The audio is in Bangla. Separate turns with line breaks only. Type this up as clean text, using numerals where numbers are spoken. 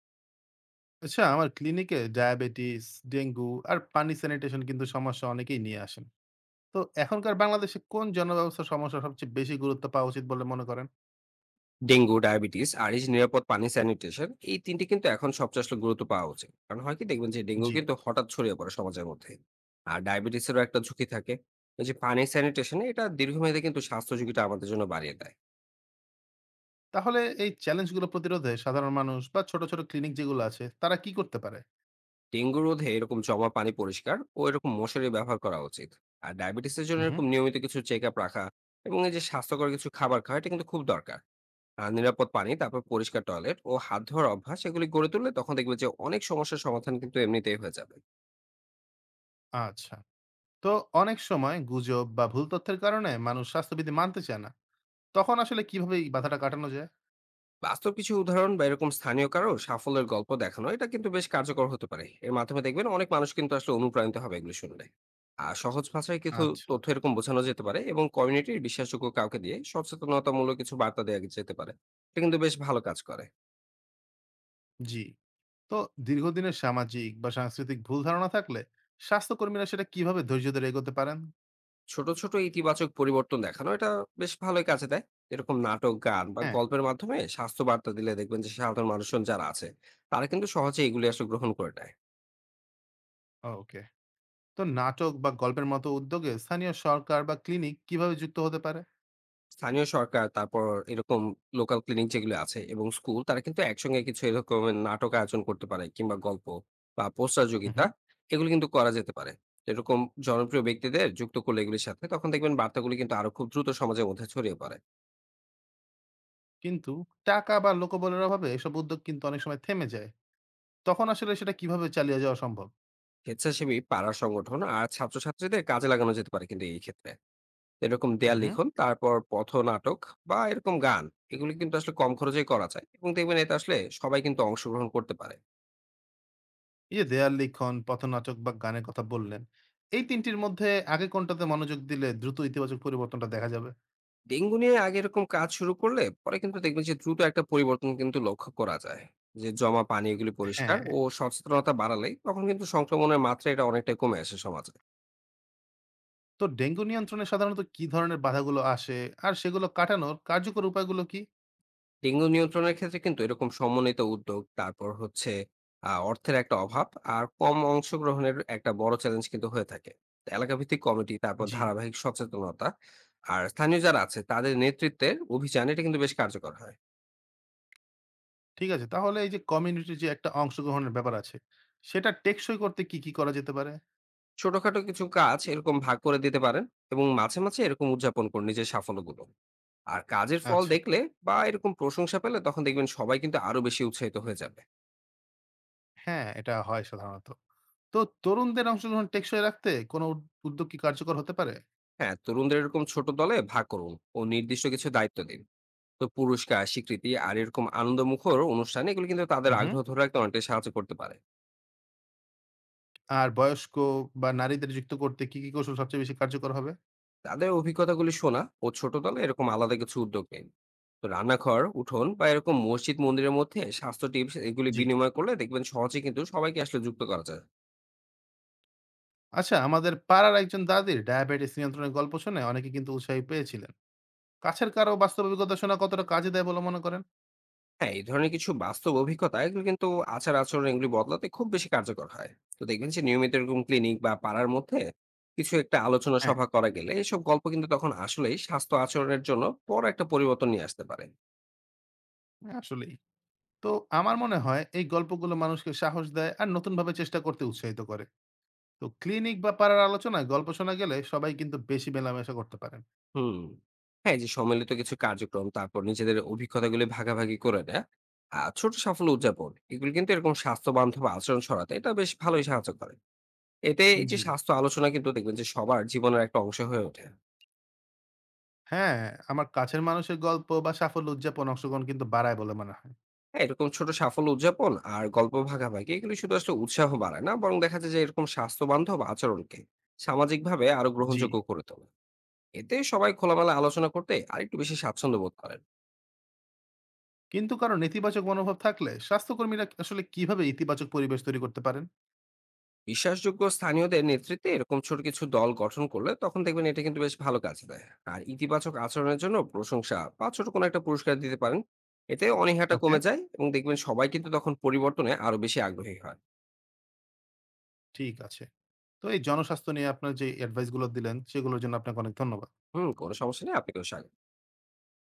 আচ্ছা, আমার ক্লিনিকে ডায়াবেটিস, ডেঙ্গু আর পানি স্যানিটেশন কিন্তু সমস্যা অনেকেই নিয়ে আসেন। তো এখনকার বাংলাদেশে কোন জনব্যবস্থার সমস্যা সবচেয়ে বেশি গুরুত্ব পাওয়া উচিত বলে মনে করেন?
ডেঙ্গু, ডায়াবেটিস আর এই যে নিরাপদ পানি স্যানিটেশন এই তিনটি কিন্তু এখন সবচেয়ে আসলে গুরুত্ব পাওয়া উচিত। কারণ হয় কি, দেখবেন যে ডেঙ্গু
জি।
কিন্তু হঠাৎ ছড়িয়ে পড়ে সমাজের মধ্যে। আর ডায়াবেটিসেরও একটা ঝুঁকি থাকে। এই যে পানি স্যানিটেশন, এটা দীর্ঘমেয়াদে কিন্তু স্বাস্থ্য ঝুঁকিটা আমাদের জন্য বাড়িয়ে দেয়।
তাহলে এই চ্যালেঞ্জগুলো প্রতিরোধে সাধারণ মানুষ বা ছোট ছোট ক্লিনিক যেগুলো আছে তারা কি করতে পারে?
ডেঙ্গু রোধে এরকম জমা পানি পরিষ্কার ও এরকম মশারি ব্যবহার করা উচিত। আর ডায়াবেটিসের জন্য
হুম।
এরকম নিয়মিত কিছু চেক আপ রাখা এবং এই যে স্বাস্থ্যকর কিছু খাবার খাওয়া, এটা কিন্তু খুব দরকার। আর নিরাপদ পানি, তারপর পরিষ্কার টয়লেট ও হাত ধোয়ার অভ্যাস এগুলি গড়ে তুললে তখন দেখবে যে অনেক সমস্যার সমাধান কিন্তু এমনিতেই হয়ে যাবে।
আচ্ছা। তো অনেক সময় গুজব বা ভুল তথ্যের কারণে মানুষ স্বাস্থ্যবিধি মানতে চায় না। তখন আসলে কিভাবে এই বাধাটা কাটানো যায়?
বাস্তব কিছু উদাহরণ বা এরকম স্থানীয় কারো সাফল্যের গল্প দেখানো, এটা কিন্তু বেশ কার্যকর হতে পারে। এর মাধ্যমে দেখবেন অনেক মানুষ কিন্তু আসলে অনুপ্রাণিত হবে এগুলো শুনলে। আর সহজ ভাষায় কিছু
আচ্ছা।
তথ্য এরকম বোঝানো যেতে পারে এবং কমিউনিটির বিশ্বাসযোগ্য কাউকে দিয়ে সচেতনতামূলক কিছু বার্তা দেওয়া যেতে পারে। এটা কিন্তু বেশ ভালো কাজ করে।
জি। তো দীর্ঘদিনের সামাজিক বা সাংস্কৃতিক ভুল ধারণা থাকলে স্বাস্থ্যকর্মীরা সেটা কিভাবে ধৈর্য ধরে এগোতে পারেন?
ছোট ছোট ইতিবাচক পরিবর্তন দেখানো, এটা বেশ ভালোই কাজে দেয়। এরকম নাটক, গান বা
হ্যাঁ,
গল্পের মাধ্যমে স্বাস্থ্য বার্তা দিলে দেখবেন যে সাধারণ মানুষজন যারা আছে, তারা কিন্তু সহজে এগুলি আসলে গ্রহণ করে নেয়।
ওকে। তো নাটক বা গল্পের মতো উদ্যোগে স্থানীয় সরকার বা ক্লিনিক কিভাবে যুক্ত হতে পারে?
স্থানীয় সরকার, তারপর এরকম লোকাল ক্লিনিক যেগুলো আছে এবং স্কুল, তারা কিন্তু একসঙ্গে কিছু এরকম নাটক আয়োজন করতে পারে, কিংবা গল্প বা পোস্টার
হুম,
যোগিতা,
হুম।
এগুলো কিন্তু করা যেতে পারে। এরকম জনপ্রিয় ব্যক্তিদের যুক্ত করলে এগুলির সাথে, তখন দেখবেন বার্তাগুলি কিন্তু আরো খুব দ্রুত সমাজের মধ্যে ছড়িয়ে পড়ে।
কিন্তু টাকা বা লোকবলের অভাবে এসব উদ্যোগ কিন্তু অনেক সময় থেমে যায়। তখন আসলে সেটা কিভাবে চালিয়ে যাওয়া সম্ভব?
স্বেচ্ছাসেবী পাড়া সংগঠন আর ছাত্রছাত্রীদের কাজে লাগানো যেতে পারে কিন্তু এই ক্ষেত্রে। এরকম
হুম,
দেয়াল
হুম।
লিখন, তারপর পথনাটক বা এরকম গান, এগুলি কিন্তু আসলে কম খরচেই করা যায় এবং দেখবেন এতে আসলে সবাই কিন্তু অংশগ্রহণ করতে পারে।
এই যে দেয়াল লিখন, পথনাটক বা গানের কথা বললেন, এই ৩ টির মধ্যে আগে কোনটাতে মনোযোগ দিলে দ্রুত ইতিবাচক পরিবর্তনটা দেখা যাবে?
ডেঙ্গু নিয়ে আগে এরকম কাজ শুরু করলে পরে কিন্তু দেখবেন যে দ্রুত একটা পরিবর্তন কিন্তু লক্ষ্য করা যায়। যে জমা পানি এগুলি পরিষ্কার
হ্যাঁ।
ও সচেতনতা বাড়ালে তখন কিন্তু সংক্রমণের মাত্রা এটা অনেকটাই কমে আসে সমাজে।
তো ডেঙ্গু নিয়ন্ত্রণে সাধারণত কি ধরনের বাধাগুলো আসে আর সেগুলো কাটানোর কার্যকর উপায়গুলো কি?
ডেঙ্গু নিয়ন্ত্রণের ক্ষেত্রে কিন্তু এরকম সমন্বিত উদ্যোগ, তারপর হচ্ছে অর্থের একটা অভাব আর কম অংশগ্রহণের একটা বড় চ্যালেঞ্জ কিন্তু হয়ে থাকে। এলাকা ভিত্তিক কমিটি, তারপর
জি।
ধারাবাহিক সচেতনতা আর স্থানীয় যারা আছে তাদের নেতৃত্বের অভিযান, এটা কিন্তু বেশ কার্যকর হয়।
ঠিক আছে। তাহলে এই যে কমিউনিটির যে একটা অংশগ্রহণের ব্যাপার আছে, সেটা টেকসই করতে কি, কি করা যেতে পারে?
ছোটখাটো কিছু কাজ এরকম ভাগ করে দিতে পারেন এবং মাঝে মাঝে এরকম উদযাপন করুন নিজের সাফল্যগুলো। আর কাজের ফল
আচ্ছা।
দেখলে বা এরকম প্রশংসা পেলে তখন দেখবেন সবাই কিন্তু আরো বেশি উৎসাহিত হয়ে যাবে।
হ্যাঁ, এটা হয় সাধারণত। তো তরুণদের অংশগ্রহণ টেকসই রাখতে কোন উদ্যোগ কি কার্যকর হতে পারে?
হ্যাঁ, তরুণদের এরকম ছোট দলে ভাগ করুন ও নির্দিষ্ট কিছু দায়িত্ব দিন। তো পুরস্কার, স্বীকৃতি আর এরকম আনন্দমুখর অনুষ্ঠানে, এগুলো কিন্তু তাদের
হু, হু।
আগ্রহ ধরে রাখতে অনেকটাই সাহায্য করতে পারে।
আর বয়স্ক বা নারীদের যুক্ত করতে কি, কি কৌশল সবচেয়ে বেশি কার্যকর হবে?
তাদের অভিজ্ঞতাগুলি শোনা ও ছোট দলে এরকম আলাদা কিছু উদ্যোগ নিন। তো রান্নাঘর, উঠোন বা এরকম মসজিদ মন্দিরের মধ্যে স্বাস্থ্য টিপস এগুলি
জি।
বিনিময় করলে দেখবেন সহজে কিন্তু সবাইকে আসলে যুক্ত করা যায়।
আচ্ছা, আমাদের পাড়ার একজন দাদির ডায়াবেটিস নিয়ন্ত্রণের গল্প শুনে অনেকে কিন্তু উৎসাহী পেয়েছিলেন। কাছের কারো বাস্তব অভিজ্ঞতা শোনা কতটা কাজে দেয় বলে মনে করেন?
হ্যাঁ, এই ধরনের কিছু বাস্তব অভিজ্ঞতা এগুলো কিন্তু আচার আচরণ এগুলি বদলাতে খুব বেশি কার্যকর হয়। তো দেখবেন যে নিয়মিত এরকম ক্লিনিক বা পাড়ার মধ্যে কিছু একটা আলোচনা
হ্যাঁ।
সভা করা গেলে এসব গল্প কিন্তু তখন আসলেই স্বাস্থ্য আচরণের জন্য বড় একটা পরিবর্তন নিয়ে আসতে পারে।
আসলেই। তো আমার মনে হয় এই গল্পগুলো মানুষকে সাহস দেয় আর নতুনভাবে চেষ্টা করতে উৎসাহিত করে। তো ক্লিনিক বা পাড়ার আলোচনায় গল্প শোনা গেলে সবাই কিন্তু বেশি মেলামেশা করতে পারেন।
হুম। হ্যাঁ, এই যে সম্মিলিত কিছু কার্যক্রম, তারপর নিজেদের অভিজ্ঞতাগুলি ভাগাভাগি করে নেয়া আর ছোট সাফল্য উদযাপন, এগুলো কিন্তু এরকম স্বাস্থ্য বান্ধব আচরণ ছড়াতে এটা বেশ ভালোই সাহায্য করে। এতে এই যে
জি।
স্বাস্থ্য আলোচনা কিন্তু দেখবেন যে সবার জীবনের একটা অংশ হয়ে ওঠে।
হ্যাঁ। আমার কাছের মানুষের গল্প বা সাফল্য উদযাপন অংশগ্রহণ কিন্তু বাড়ায় বলে মনে হয়।
হ্যাঁ, এরকম ছোট সাফল্য উদযাপন আর গল্প ভাগাভাগি, এগুলো শুধু আসলে উৎসাহ বাড়ায় না, বরং দেখা যায় যে এরকম স্বাস্থ্যবান্ধব আচরণকে সামাজিকভাবে আরো
জি।
গ্রহণযোগ্য করে তোলে। এতে সবাই খোলামেলা আলোচনা করতে আর একটু বেশি স্বাচ্ছন্দ্য বোধ করেন।
কিন্তু কারো নেতিবাচক মনোভাব থাকলে স্বাস্থ্যকর্মীরা আসলে কিভাবে ইতিবাচক পরিবেশ তৈরি করতে পারেন?
বিশ্বাসযোগ্য স্থানীয়দের নেতৃত্বে এরকম ছোট কিছু দল গঠন করলে তখন দেখবেন এটা কিন্তু বেশ ভালো কাজ দেয়। আর ইতিবাচক আচরণের জন্য প্রশংসা বা ছোট কোনো একটা পুরস্কার দিতে পারেন। এতে অনীহাটা
ওকে।
কমে যায় এবং দেখবেন সবাই কিন্তু তখন পরিবর্তনে আরো বেশি আগ্রহী হয়।
ঠিক আছে। তো এই জনস্বাস্থ্য নিয়ে আপনার যে অ্যাডভাইসগুলো দিলেন সেগুলোর জন্য আপনাকে অনেক ধন্যবাদ।
হুম, কোনো সমস্যা নেই। আপনাকেও স্বাগত।